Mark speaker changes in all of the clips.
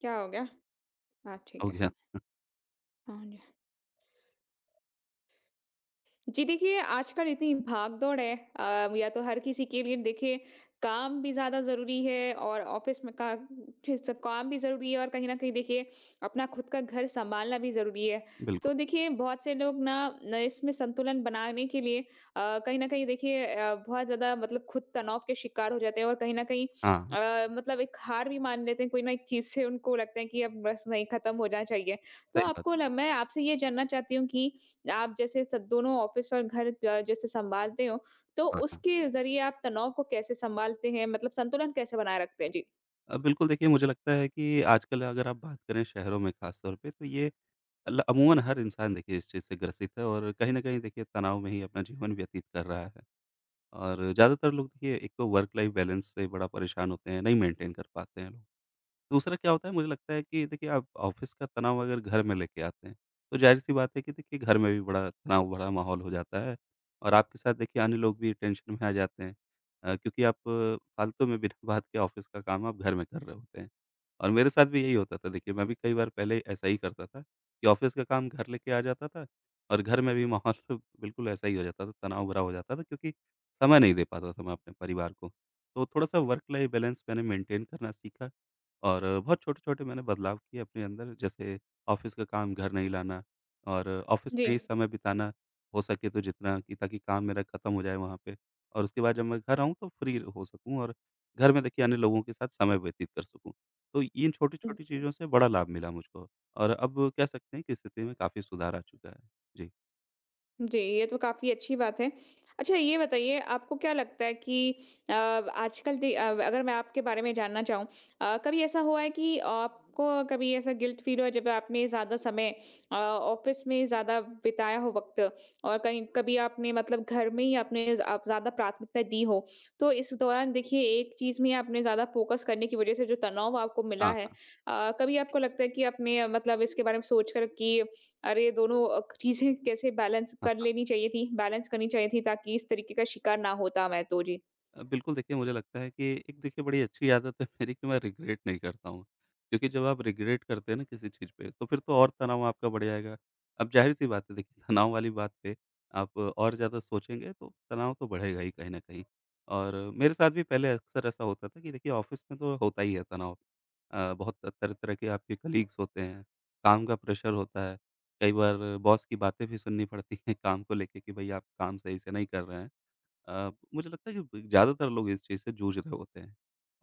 Speaker 1: क्या हो गया? हाँ, ठीक
Speaker 2: हो
Speaker 1: है,
Speaker 2: गया,
Speaker 1: हाँ। हाँ, हाँ, जी देखिए, आजकल इतनी भाग-दौड़ है या तो हर किसी के लिए देखिए काम भी ज़्यादा ज़रूरी है और ऑफ़िस में का जिस काम भी ज़रूरी है और कहीं न कहीं देखिए अपना खुद का घर सँभालना भी ज़रूरी है। तो
Speaker 2: बिल्कुल।
Speaker 1: देखिए बहुत से लोग न इसमें संतुलन बनाने के लिए कहीं न कहीं देखिए बहुत ज़्यादा मतलब खुद तनाव के शिकार हो जाते हैं और कहीं न कहीं
Speaker 2: हाँ,
Speaker 1: मतलब एक हार भी मान लेते हैं कोई ना एक चीज़ से उनको लगता है कि अब बस नहीं ख़त्म होना चाहिए। तो
Speaker 2: सही बात।
Speaker 1: आपको ल मैं आपसे ये जानना चाहती हूँ कि आप जैसे स दोनों ऑफ़िस और घर जैसे सँभालते हो, तो
Speaker 2: हाँ, हाँ।
Speaker 1: उसके ज़रिए आप तनाव को कैसे सँभालते हैं? मतलब संतुलन कैसे बनाए रखते हैं? जी।
Speaker 2: बिल्कुल देखिए, मुझे लगता है कि आजकल अगर आप बात करें शहरों में ख़ास तौर पे, तो ये ल अमूमन हर इंसान देखिए इस चीज़ से ग्रसित है और कहीं न कहीं देखिए तनाव में ही अपना जीवन व्यतीत कर रहा है। और ज़्यादातर लोग देखिए, एक तो वर्क लाइफ़ बैलेंस से बड़ा परेशान होते हैं, नहीं मेंटेन कर पाते हैं लोग। दूसरा क्या होता है, मुझे लगता है कि देखिए, आप ऑफ़िस का तनाव अगर घर में लेके आते हैं, तो ज़ाहिर-सी बात है कि देखिए घर में भी बड़ा तनाव भरा माहौल हो जाता है और आपके साथ देखिए अन्य लोग भी टेंशन में आ जाते हैं, क्योंकि आप फालतू में बिना बात के ऑफ़िस का काम आप घर में कर रहे होते हैं। और मेरे साथ भी यही होता था, देखिए मैं भी कई बार पहले ऐसा ही करता था कि ऑफ़िस का काम घर लेके आ जाता था और घर में भी माहौल बिल्कुल ऐसा ही हो जाता था, तनाव भरा हो जाता था, क्योंकि समय नहीं दे पाता था मैं अपने परिवार को। तो थोड़ा-सा वर्क लाइफ़ बैलेंस मैंने मेंटेन करना सीखा। और बहुत छोटे-छोटे मैंने बदलाव किए अपने अंदर, जैसे ऑफ़िस का काम घर नहीं लाना और ऑफ़िस में ही समय बिताना, हो सके तो जितना, कि ताकि काम मेरा खत्म हो जाए वहाँ पे और उसके बाद जब मैं घर आऊँ, तो फ्री हो सकूँ और घर में देखिए अन्य लोगों के साथ समय व्यतीत कर सकूँ। तो इन
Speaker 1: जी।
Speaker 2: छोटी-छोटी चीज़ों से बड़ा लाभ मिला मुझको और अब कह सकते हैं कि स्थिति में काफ़ी सुधार आ चुका है। जी।
Speaker 1: जी, ये तो काफ़ी अच्छी बात है। अच्छा ये बताइए आपको क्या लगता है कि अगर मैं आपके बारे में जानना चाहूँ कभी ऐसा हुआ है कि आपको कभी ऐसा गिल्ट फ़ील हुआ जब आपने ज़्यादा समय ऑफ़िस में ज़्यादा बिताया हो वक़्त और कहीं कभी आपने मतलब घर में ही आपने ज़ आप ज़्यादा प्राथमिकता दी हो? तो इस दौरान देखिए एक चीज़ में आपने ज़्यादा फ़ोकस करने की वज़ह से जो तनाव आपको मिला
Speaker 2: हाँ,
Speaker 1: है
Speaker 2: हाँ।
Speaker 1: कभी आपको लगता है कि आपने मतलब इसके बारे में सोचकर कि अरे ये दोनों चीज़ें कैसे
Speaker 2: हाँ, हाँ।
Speaker 1: बैलेंस करनी चाहिए थी ताकि इस तरीके का शिकार ना होता मैं तो। जी।
Speaker 2: बिल्कुल देखिए, मुझे लगता है कि एक देखिए बड़ी अच्छी आदत है मेरी कि मैं रिग्रेट नहीं करता हूँ। क्योंकि जब आप रिग्रेट करते हैं ना किसी चीज़ पे, तो फिर तो और तनाव आपका बढ़ जाएगा। अब ज़ाहिर-सी बात है देखिए, तनाव वाली बात पे आप और ज़्यादा सोचेंगे, तो तनाव तो बढ़ेगा ही कहीं न कहीं। और मेरे साथ भी पहले अक्सर ऐसा होता था कि देखिए ऑफ़िस में तो होता ही है तनाव। बहुत तरह-तरह के आपके कलीग्स होते हैं, काम का प्रेशर होता है, कई बार बॉस की बातें भी सुननी पड़ती हैं काम को लेके कि भई आप काम सही से नहीं कर रहे हैं। अ, मुझे लगता है कि ब ज़्यादातर लोग इस चीज़ से जूझ रहे होते हैं।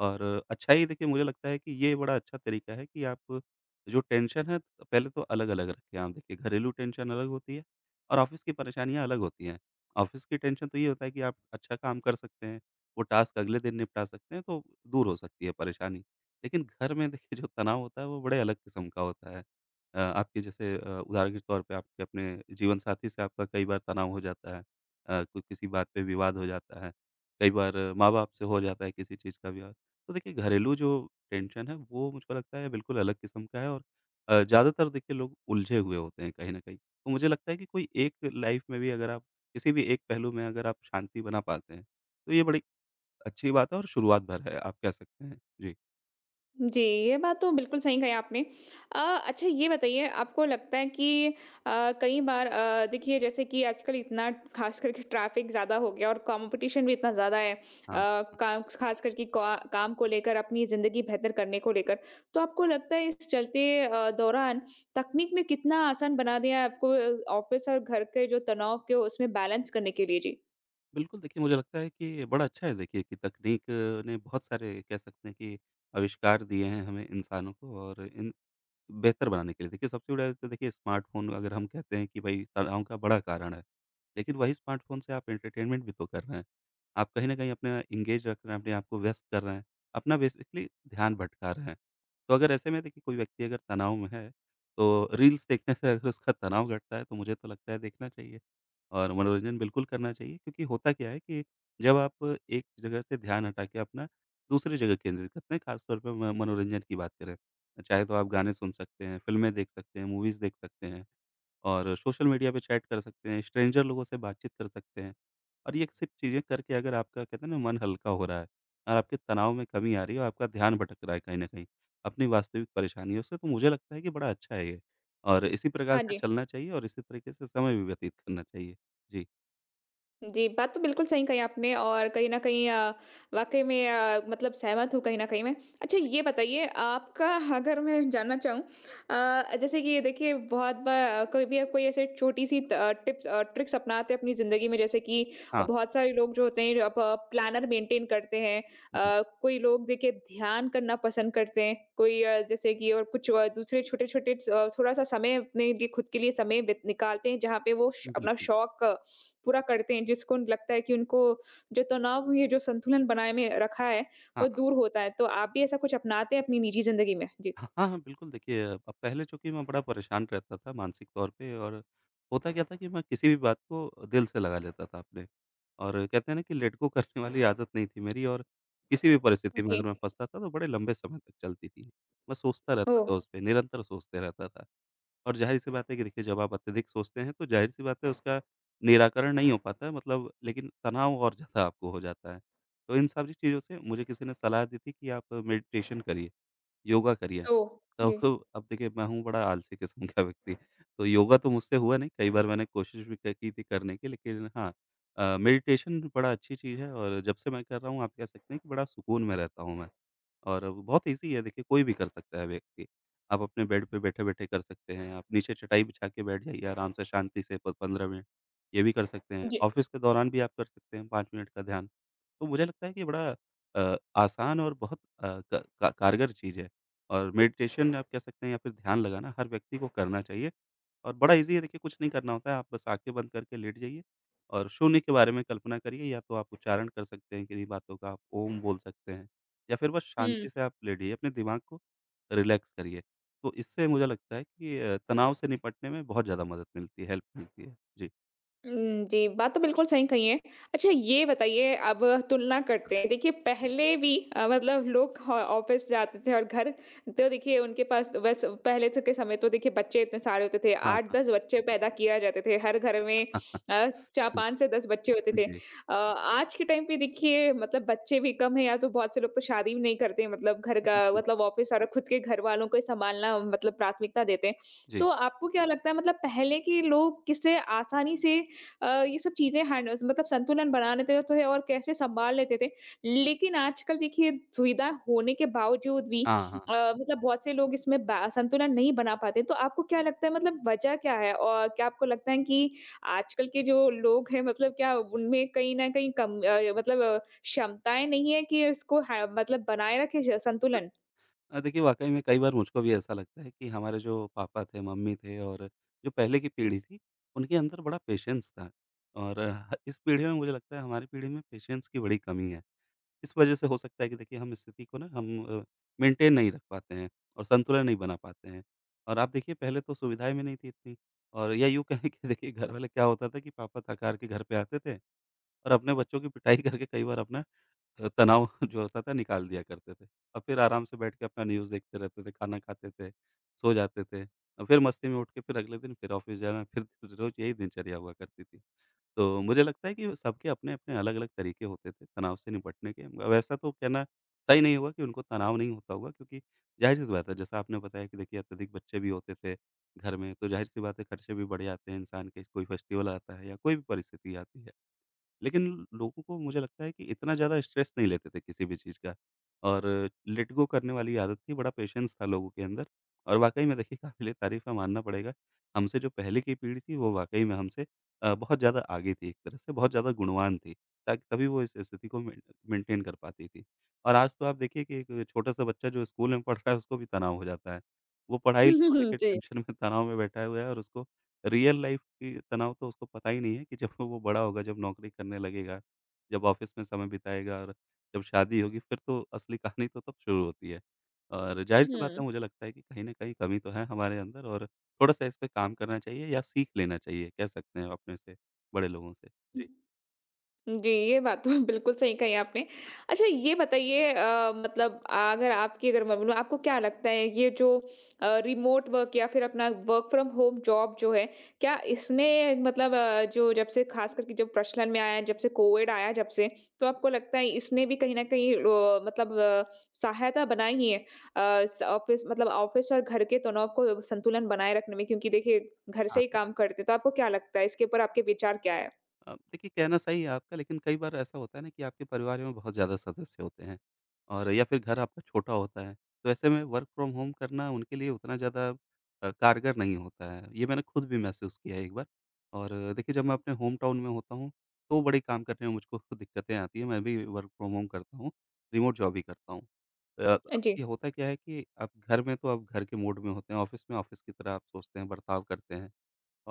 Speaker 2: और अच्छा ही देखिए, मुझे लगता है कि ये बड़ा अच्छा तरीका है कि आप जो टेंशन है पहले तो अलग-अलग रखें। आप देखिए, घरेलू टेंशन अलग होती है और ऑफ़िस की परेशानियाँ अलग होती हैं। ऑफ़िस की टेंशन तो ये होता है कि आप अच्छा काम कर सकते हैं, वो टास्क अगले दिन निपटा सकते हैं, तो दूर हो सकती है परेशानी। लेकिन घर में देखिए जो तनाव होता है, वो बड़े अलग किस्म का होता है। आपके जैसे, उदाहरण के तौर पे आपके अपने जीवन साथी से आपका कई बार तनाव हो जाता है। कोई किसी बात पे विवाद हो जाता है, कई बार माँ-बाप से हो जाता है किसी चीज़ का विवाद। तो देखिए घरेलू जो टेंशन है, वो मुझको लगता है बिल्कुल अलग किस्म का है। और ज़्यादातर देखिए लोग उलझे हुए होते हैं कहीं न कहीं। तो मुझे लगता है कि कोई एक लाइफ़ में भी अगर आप किसी भी एक पहलू में अगर आप शांति बना पाते हैं, तो ये बड़ी अच्छी बात है और शुरुआत भर है, आप कह सकते हैं। जी।
Speaker 1: जी, ये बात तो बिल्कुल सही कही आपने। अ, अच्छा ये बताइए आपको लगता है कि कई बार देखिए जैसे कि आजकल इतना ख़ास करके ट्रैफ़िक ज़्यादा हो गया और कॉम्पिटिशन भी इतना ज़्यादा है,
Speaker 2: हाँ,
Speaker 1: काम ख़ास करके क्वा काम को लेकर अपनी ज़िंदगी बेहतर करने को लेकर। तो आपको लगता है इस चलते दौरान तकनीक ने कितना आसान बना दिया है आपको ऑफ़िस और घर के जो तनाव के उसमें बैलेंस करने के लिए? जी।
Speaker 2: बिल्कुल देखिए, मुझे लगता है कि बड़ा अच्छा है देखिए कि तकनीक ने बहुत सारे कह सकते हैं कि आविष्कार दिए हैं हमें इंसानों को और इन बेहतर बनाने के लिए। देखिए सबसे बड़ा तो देखिए स्मार्टफ़ोन, अगर हम कहते हैं कि भई तनाव का बड़ा कारण है, लेकिन वही स्मार्टफ़ोन से आप एंटरटेनमेंट भी तो कर रहे हैं। आप कहीं न कहीं अपना एंगेज रख रहे हैं, अपने आप को व्यस्त कर रहे हैं, अपना बेसिकली ध्यान भटका रहे हैं। तो अगर ऐसे में देखिए कोई व्यक्ति अगर तनाव में है, तो रील्स देखने से अगर उसका तनाव घटता है, तो मुझे तो लगता है देखना चाहिए और मनोरंजन बिल्कुल करना चाहिए, क्योंकि होता क्या है कि जब आप एक जगह से ध्यान हटा के अपना दूसरी जगह केंद्रित करते हैं, ख़ास तौर पे म मनोरंजन की बात करें, चाहे तो आप गाने सुन सकते हैं, फ़िल्में देख सकते हैं, मूवीज़ देख सकते हैं और सोशल मीडिया पे चैट कर सकते हैं, स्ट्रेंजर लोगों से बातचीत कर सकते हैं। और ये सब चीज़ें करके अगर आपका कहते हैं ना मन हल्का हो रहा है और आपके तनाव में कमी आ रही है और आपका ध्यान भटक रहा है कहीं न कहीं अपनी वास्तविक परेशानियों से, तो मुझे लगता है कि बड़ा अच्छा है ये। और इसी प्रकार
Speaker 1: हाँ
Speaker 2: से
Speaker 1: जी।
Speaker 2: चलना चाहिए और इसी तरीके से समय भी व्यतीत करना चाहिए। जी।
Speaker 1: जी, बात तो बिल्कुल सही कही आपने और कहीं न कहीं वाक़ई में मतलब सहमत हूँ कहीं न कहीं मैं। अच्छा ये बताइए आपका अगर मैं जानना चाहूँ, जैसे कि देखिए बहुत बार कोई ऐसे छोटी-सी त टिप्स ट्रिक्स अपनाते हैं अपनी ज़िंदगी में, जैसे कि
Speaker 2: हाँ।
Speaker 1: बहुत सारे लोग जो होते हैं अब प्लानर मेंटेन करते हैं।
Speaker 2: जी,
Speaker 1: कोई लोग देखिए ध्यान करना पसंद करते हैं, कोई जैसे कि और कुछ दूसरे छोटे-छोटे, थोड़ा-सा समय अपने लिए खुद के लिए समय बित निकालते हैं जहाँ पे वो श अपना
Speaker 2: बिल्कुल।
Speaker 1: शौक पूरा करते हैं, जिसको लगता है कि उनको जो तनाव ये जो संतुलन बनाए में रखा है, वो
Speaker 2: हाँ।
Speaker 1: दूर होता है। तो आप भी ऐसा कुछ अपनाते हैं अपनी निजी ज़िंदगी में? जी।
Speaker 2: हाँ, हाँ, हाँ, बिल्कुल देखिए, अब पहले चूँकि मैं बड़ा परेशान रहता था मानसिक तौर पे, और होता क्या था कि मैं किसी भी बात को दिल से लगा लेता था अपने और कहते हैं ना कि लेट गो करने वाली आदत नहीं थी मेरी। और किसी भी परिस्थिति में
Speaker 1: जी।
Speaker 2: अगर मैं फँसता था, तो बड़े लंबे समय तक चलती थी। मैं सोचता रहता
Speaker 1: ओह!
Speaker 2: था उस पे, निरंतर सोचते रहता था। और ज़ाहिर-सी बात है कि देखिए जब आप अत्यधिक सोचते हैं, तो ज़ाहिर-सी बात है उसका निराकरण नहीं हो पाता है, मतलब, लेकिन तनाव और ज़्यादा आपको हो जाता है। तो इन सारी चीज़ों से मुझे किसी ने सलाह दी थी कि आप मेडिटेशन करिए। योगा करिए।
Speaker 1: ओह!
Speaker 2: तब
Speaker 1: जी।
Speaker 2: तो अब देखिए, मैं हूँ बड़ा आलसी किस्म का व्यक्ति, तो योगा तो मुझसे हुआ नहीं, कई बार मैंने कोशिश भी क की थी करने की, लेकिन हाँ, मेडिटेशन बड़ा अच्छी चीज़ है और जब से मैं कर रहा हूँ, आप कह सकते हैं कि बड़ा सुकून में रहता हूँ मैं। और वो बहुत ईज़ी है देखिए, कोई भी कर सकता है व्यक्ति। आप अपने बेड पे बैठे-बैठे कर सकते हैं, आप नीचे चटाई बिछा के बैठ जाइए आराम से शांति से, प 15 मिनट, ये भी कर सकते हैं।
Speaker 1: जी।
Speaker 2: ऑफ़िस के दौरान भी आप कर सकते हैं 5 मिनट का ध्यान। तो मुझे लगता है कि बड़ा अ, आसान और बहुत क का कारगर चीज़ है। और मेडिटेशन आप कह सकते हैं या फिर ध्यान लगाना हर व्यक्ति को करना चाहिए। और बड़ा ईज़ी है देखिए, कुछ नहीं करना होता है, आप बस आँखें बंद करके लेट जाइए और शून्य के बारे में कल्पना करिए, या तो आप उच्चारण कर सकते हैं किन्हीं बातों का, आप ओम बोल सकते हैं, या फिर बस
Speaker 1: हुँ।
Speaker 2: शांति से आप लेटिए, अपने दिमाग को रिलैक्स करिए। तो इससे मुझे लगता है कि तनाव से निपटने में बहुत ज़्यादा मदद मिलती है, हेल्प मिलती है। जी।
Speaker 1: जी, बात तो बिल्कुल सही कही है। अच्छा ये बताइए अब तुलना करते हैं। देखिए पहले भी मतलब लोग ह ऑफ़िस जाते थे और घर, तो देखिए उनके पास तो बस पहले तो के समय तो देखिए बच्चे इतने सारे होते थे,
Speaker 2: हाँ, हाँ।
Speaker 1: 8-10 बच्चे पैदा किया जाते थे। हर घर में अ, चा 5 से 10 बच्चे होते थे।
Speaker 2: जी।
Speaker 1: आज के टाइम पे देखिए मतलब बच्चे भी कम हैं या तो बहुत से लोग तो शादी भी नहीं करते हैं। मतलब घर का
Speaker 2: बिल्कुल,
Speaker 1: मतलब ऑफ़िस और खुद के घर वालों को ही सँभालना मतलब प्राथमिकता देते हैं।
Speaker 2: जी।
Speaker 1: तो आपको क्या लगता है मतलब पहले के लोग किससे आसानी से ये सब चीज़ें हैंड मतलब संतुलन बना लेते थे और कैसे सँभाल लेते थे। लेकिन आजकल देखिए सुविधा होने के बावजूद भी
Speaker 2: हाँ, हाँ।
Speaker 1: अ, मतलब बहुत से लोग इसमें बा संतुलन नहीं बना पाते। तो आपको क्या लगता है मतलब वजह क्या है? और क्या आपको लगता है कि आजकल के जो लोग हैं मतलब क्या उनमें कहीं न कहीं कम, मतलब क्षमताएँ नहीं है कि इसको है मतलब बनाए रखें श संतुलन?
Speaker 2: देखिए वाक़ई में कई बार मुझको भी ऐसा लगता है कि हमारे जो पापा थे, मम्मी थे और जो पहले की पीढ़ी थी, उनके अंदर बड़ा पेशेंस था। और इस पीढ़ी में, मुझे लगता है हमारी पीढ़ी में पेशेंस की बड़ी कमी है। इस वजह से हो सकता है कि देखिए हम स्थिति को ना हम मेंटेन नहीं रख पाते हैं और संतुलन नहीं बना पाते हैं। और आप देखिए, पहले तो सुविधाएँ भी नहीं थी इतनी। और या यूँ कहें कि देखिए घरवाले, क्या होता था कि पापा थक-हार के घर पे आते थे और अपने बच्चों की पिटाई करके कई बार अपना तनाव जो होता था निकाल दिया करते थे। और फिर आराम से बैठ के अपना न्यूज़ देखते रहते थे, खाना खाते थे, सो जाते थे। और फिर मस्ती में उठ के फिर अगले दिन फिर ऑफ़िस जाना, फिर रोज़ यही दिनचर्या हुआ करती थी। तो मुझे लगता है कि सबके अपने-अपने अलग-अलग तरीके होते थे तनाव से निपटने के। वैसा तो कहना सही नहीं होगा कि उनको तनाव नहीं होता होगा, क्योंकि ज़ाहिर-सी बात है जैसा आपने बताया कि देखिए अत्यधिक बच्चे भी होते थे घर में, तो ज़ाहिर-सी बात है खर्चे भी बढ़ जाते हैं इंसान के। कोई फेस्टिवल आता है या कोई भी परिस्थिति आती है। लेकिन लोगों को, मुझे लगता है कि इतना ज़्यादा स्ट्रेस नहीं लेते थे किसी भी चीज़ का। और लेट गो करने वाली आदत थी, बड़ा पेशेंस था लोगों के अंदर। और वाक़ई में देखिए, काबिले तारीफ़ है, मानना पड़ेगा, हमसे जो पहले की पीढ़ी थी वो वाक़ई में हमसे बहुत ज़्यादा आगे थी एक तरह से, बहुत ज़्यादा गुणवान थी, ताकि तभी वो इस स्थिति को मेन मेंटेन कर पाती थी। और आज तो आप देखिए कि एक छोटा-सा बच्चा जो स्कूल में पढ़ रहा है, उसको भी तनाव हो जाता है। वो पढ़ाई को लेके
Speaker 1: जी।
Speaker 2: टेंशन में, तनाव में बैठा हुआ है और उसको रियल लाइफ की तनाव तो उसको पता ही नहीं है कि जब वो बड़ा होगा, जब नौकरी करने लगेगा, जब ऑफ़िस में समय बिताएगा और जब शादी होगी, फिर तो असली कहानी तो तब शुरू होती है। और
Speaker 1: हुँ,
Speaker 2: ज़ाहिर-सी बात
Speaker 1: हुँ।
Speaker 2: है, मुझे लगता है कि कहीं न कहीं कमी तो है हमारे अंदर, और थोड़ा-सा इस पे काम करना चाहिए या सीख लेना चाहिए, कह सकते हैं अपने से बड़े लोगों से।
Speaker 1: हुँ।
Speaker 2: जी।
Speaker 1: जी, ये बात तो बिल्कुल सही कही आपने। अच्छा ये बताइए, मतलब अगर आपकी अगर मैं बोलूँ आपको क्या लगता है ये जो रिमोट वर्क या फिर अपना वर्क फ्रॉम होम जॉब जो है, क्या इसने मतलब जो जब से ख़ास करके जब प्रचलन में आया, जब से कोविड आया जब से, तो आपको लगता है इसने भी कहीं न कहीं मतलब सहायता बनाई ही है अ, स ऑफ़िस मतलब ऑफ़िस और घर के तनाव को संतुलन बनाए रखने में? क्योंकि देखिए घर से
Speaker 2: हाँ।
Speaker 1: ही काम करते हैं, तो आपको क्या लगता है, इसके ऊपर आपके विचार क्या है?
Speaker 2: देखिए, कहना सही है आपका, लेकिन कई बार ऐसा होता है ना कि आपके परिवार में बहुत ज़्यादा सदस्य होते हैं और या फिर घर आपका छोटा होता है, तो ऐसे में वर्क फ्रॉम होम करना उनके लिए उतना ज़्यादा कारगर नहीं होता है। ये मैंने खुद भी महसूस किया है एक बार। और देखिए, जब मैं अपने होम टाउन में होता हूँ, तो बड़े काम करने में मुझको दिक्कतें आती हैं, मैं भी वर्क फ्रॉम होम करता हूँ, रिमोट जॉब ही करता हूँ। अ,
Speaker 1: जी।
Speaker 2: ये होता क्या है कि आप घर में, तो आप घर के मोड में होते हैं, ऑफ़िस में ऑफ़िस की तरह आप सोचते हैं, बर्ताव करते हैं।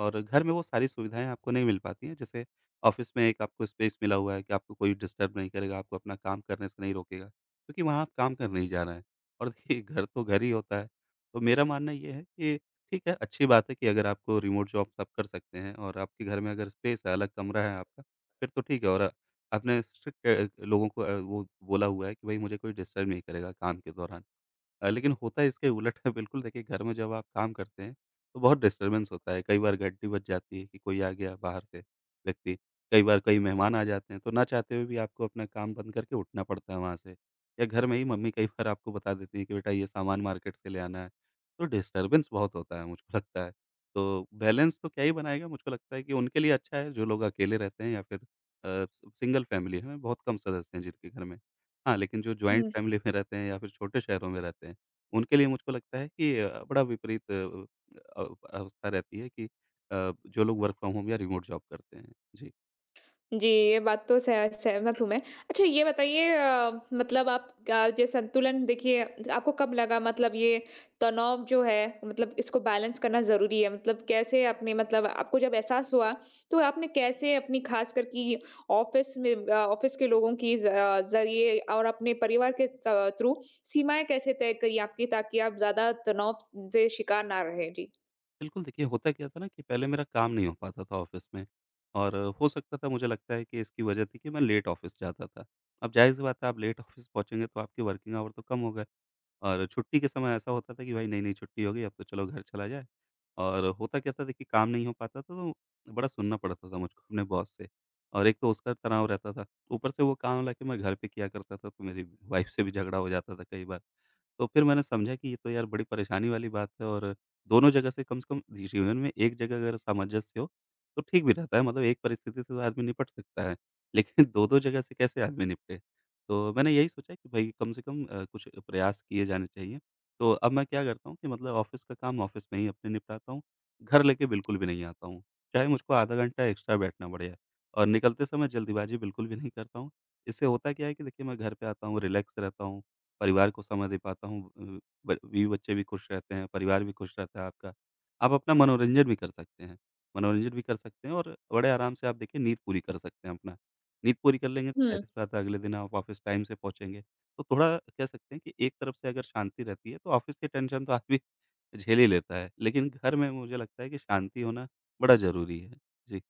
Speaker 2: और घर में वो सारी सुविधाएँ आपको नहीं मिल पाती हैं, जैसे ऑफ़िस में एक आपको स्पेस मिला हुआ है कि आपको कोई डिस्टर्ब नहीं करेगा, आपको अपना काम करने से नहीं रोकेगा, क्योंकि वहाँ आप काम करने ही जा रहे हैं। और देखिए, घर तो घर ही होता है। तो मेरा मानना ये है कि ठीक है, अच्छी बात है कि अगर आपको रिमोट जॉब्स आप कर सकते हैं, और आपके घर में अगर स्पेस है, अलग कमरा है आपका, फिर तो ठीक है। और आपने स्ट्रिक्ट लोगों को वो बोला हुआ है कि भई मुझे कोई डिस्टर्ब नहीं करेगा काम के दौरान। लेकिन होता है इसके उलट है बिल्कुल। देखिए, घर में जब आप काम करते हैं, तो बहुत डिस्टर्बेंस होता है, कई बार घंटी बज जाती है कि कोई आ गया बाहर से व्यक्ति, कई बार कई मेहमान आ जाते हैं, तो ना चाहते हुए भी आपको अपना काम बंद करके उठना पड़ता है वहाँ से, या घर में ही मम्मी कई बार आपको बता देती हैं कि बेटा, ये सामान मार्केट से ले आना है, तो डिस्टर्बेंस बहुत होता है मुझको लगता है। तो बैलेंस तो क्या ही बनाएगा, मुझको लगता है कि उनके लिए अच्छा है जो लोग अकेले रहते हैं, या फिर अ, सिंगल फैमिली है, बहुत कम सदस्य हैं जिनके घर में। हाँ, लेकिन जो जॉइंट
Speaker 1: हुँ।
Speaker 2: फैमिली में रहते हैं या फिर छोटे शहरों में रहते हैं, उनके लिए मुझको लगता है कि बड़ा विपरीत अ, अवस्था रहती है, कि जो लोग वर्क फ्रॉम होम या रिमोट जॉब करते हैं। जी।
Speaker 1: जी, ये बात तो सह सहमत हूँ मैं। अच्छा ये बताइए, मतलब ये संतुलन देखिए आपको कब लगा मतलब ये तनाव जो है मतलब इसको बैलेंस करना ज़रूरी है? मतलब कैसे आपने मतलब आपको जब एहसास हुआ, तो आपने कैसे अपनी ख़ासकर कि ऑफ़िस में, ऑफ़िस के लोगों की ज़ ज़रिए और अपने परिवार के त थ्रू सीमाएँ कैसे तय करी आपकी, ताकि आप ज़्यादा तनाव स से शिकार ना रहें? जी।
Speaker 2: बिल्कुल, देखिए, होता क्या था ना कि पहले मेरा काम नहीं हो पाता था ऑफ़िस में, और हो सकता था, मुझे लगता है कि इसकी वजह थी कि मैं लेट ऑफ़िस जाता था। अब ज़ाहिर-सी बात है, आप लेट ऑफ़िस पहुँचेंगे तो आपके वर्किंग आवर तो कम हो गए। और छुट्टी के समय ऐसा होता था कि भाई, नहीं-नहीं, छुट्टी हो गई, अब तो चलो घर चला जाए। और होता क्या था, देखिए, काम नहीं हो पाता था, तो बड़ा सुनना पड़ता था मुझको अपने बॉस से, और एक तो उसका तनाव रहता था। ऊपर से वो काम लाके मैं घर पे किया करता था, तो मेरी वाइफ़ से भी झगड़ा हो जाता था कई बार। तो फिर मैंने समझा कि ये तो यार बड़ी परेशानी वाली बात है, और दोनों जगह से कम से कम, जीवन में एक जगह अगर सामंजस्य हो, तो ठीक भी रहता है, मतलब एक परिस्थिति से तो आदमी निपट सकता है। लेकिन 2-2 जगह से कैसे आदमी निपटेगा? तो मैंने यही सोचा कि भई कम से कम कुछ प्रयास किए जाने चाहिए। तो अब मैं क्या करता हूँ कि मतलब ऑफ़िस का काम ऑफ़िस में ही अपने निपटाता हूँ, घर लेके बिल्कुल भी नहीं आता हूँ। चाहे मुझको आधा घंटा एक्स्ट्रा बैठना पड़े, और निकलते समय जल्दबाज़ी बिल्कुल भी नहीं करता हूँ। इससे होता क्या है कि देखिए, मैं घर पे आता हूँ, रिलैक्स रहता हूँ, परिवार को समय दे पाता हूँ, ब बीवी-बच्चे भी खुश रहते हैं, परिवार भी खुश रहता है आपका। आप अपना मनोरंजन भी कर सकते हैं। मनोरंजन भी कर सकते हैं, और बड़े आराम से आप देखिए नींद पूरी कर सकते हैं अपना। नींद पूरी कर लेंगे तो
Speaker 1: हुँ।
Speaker 2: ज़ाहिर सी बात है, अगले दिन आप ऑफ़िस टाइम से पहुँचेंगे। तो थोड़ा कह सकते हैं कि एक तरफ से अगर शांति रहती है, तो ऑफ़िस की टेंशन तो आदमी झेल ही लेता है। लेकिन घर में मुझे लगता है कि शांति होना बड़ा ज़रूरी है। जी।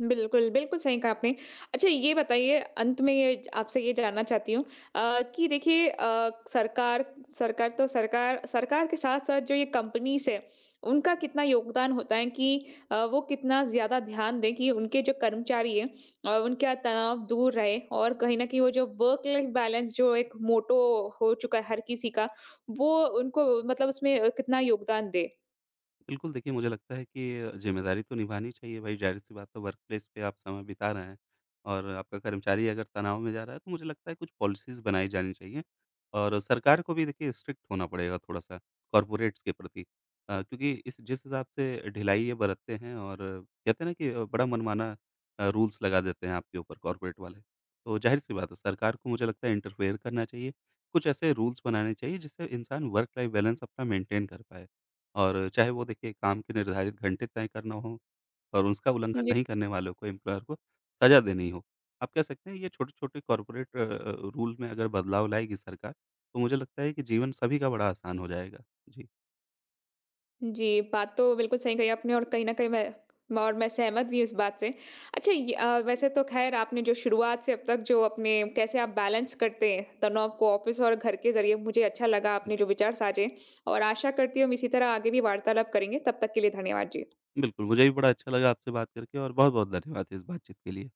Speaker 1: बिल्कुल, बिल्कुल सही कहा आपने। अच्छा ये बताइए अंत में ये आपसे ये जानना चाहती हूँ कि देखिए अ, सरकार सरकार तो सरकार सरकार के साथ-साथ जो ये कंपनीज़ है, उनका कितना योगदान होता है कि वो कितना ज़्यादा ध्यान दें कि उनके जो कर्मचारी हैं उनका तनाव दूर रहे और कहीं न कहीं वो जो वर्क लाइफ बैलेंस जो एक मोटो हो चुका है हर किसी का, वो उनको मतलब उसमें कितना योगदान दे?
Speaker 2: बिल्कुल, देखिए, मुझे लगता है कि ज़िम्मेदारी तो निभानी चाहिए भाई, ज़ाहिर-सी बात है वर्क प्लेस पे आप समय बिता रहे हैं, और आपका कर्मचारी अगर तनाव में जा रहा है, तो मुझे लगता है कुछ पॉलिसीज़ बनाई जानी चाहिए, और सरकार को भी देखिए स्ट्रिक्ट होना पड़ेगा थोड़ा-सा कॉर्पोरेट्स के प्रति। क्योंकि इस जिस हिसाब से ढिलाई ये बरतते हैं, और कहते हैं ना कि बड़ा मनमाना रूल्स लगा देते हैं आपके ऊपर कॉर्पोरेट वाले, तो ज़ाहिर-सी बात है सरकार को मुझे लगता है इंटरफेयर करना चाहिए। कुछ ऐसे रूल्स बनाने चाहिए जिससे इंसान वर्क लाइफ़ बैलेंस अपना मेंटेन कर पाए। और चाहे वो देखिए, काम के निर्धारित घंटे तय करना हो, और उसका उल्लंघन नहीं करने वालों को, एम्प्लॉयर को सज़ा देनी हो। आप कह सकते हैं, ये छोटे-छोटे कॉर्पोरेट रूल में अगर बदलाव लाएगी सरकार, तो मुझे लगता है कि जीवन सभी का बड़ा आसान हो जाएगा। जी,
Speaker 1: जी, बात तो बिल्कुल सही कही आपने और कहीं न कहीं मैं सहमत भी हूँ इस बात से। अच्छा ये वैसे तो ख़ैर आपने जो शुरुआत से अब तक जो अपने कैसे आप बैलेंस करते हैं तनाव को ऑफ़िस और घर के ज़रिए, मुझे अच्छा लगा
Speaker 2: जी।
Speaker 1: आपने जो विचार साझे और आशा करती हूँ हम इसी तरह आगे भी वार्तालाप करेंगे। तब तक के लिए धन्यवाद जी।
Speaker 2: बिल्कुल, मुझे भी बड़ा अच्छा लगा आपसे बात करके, और बहुत-बहुत धन्यवाद इस बातचीत के लिए।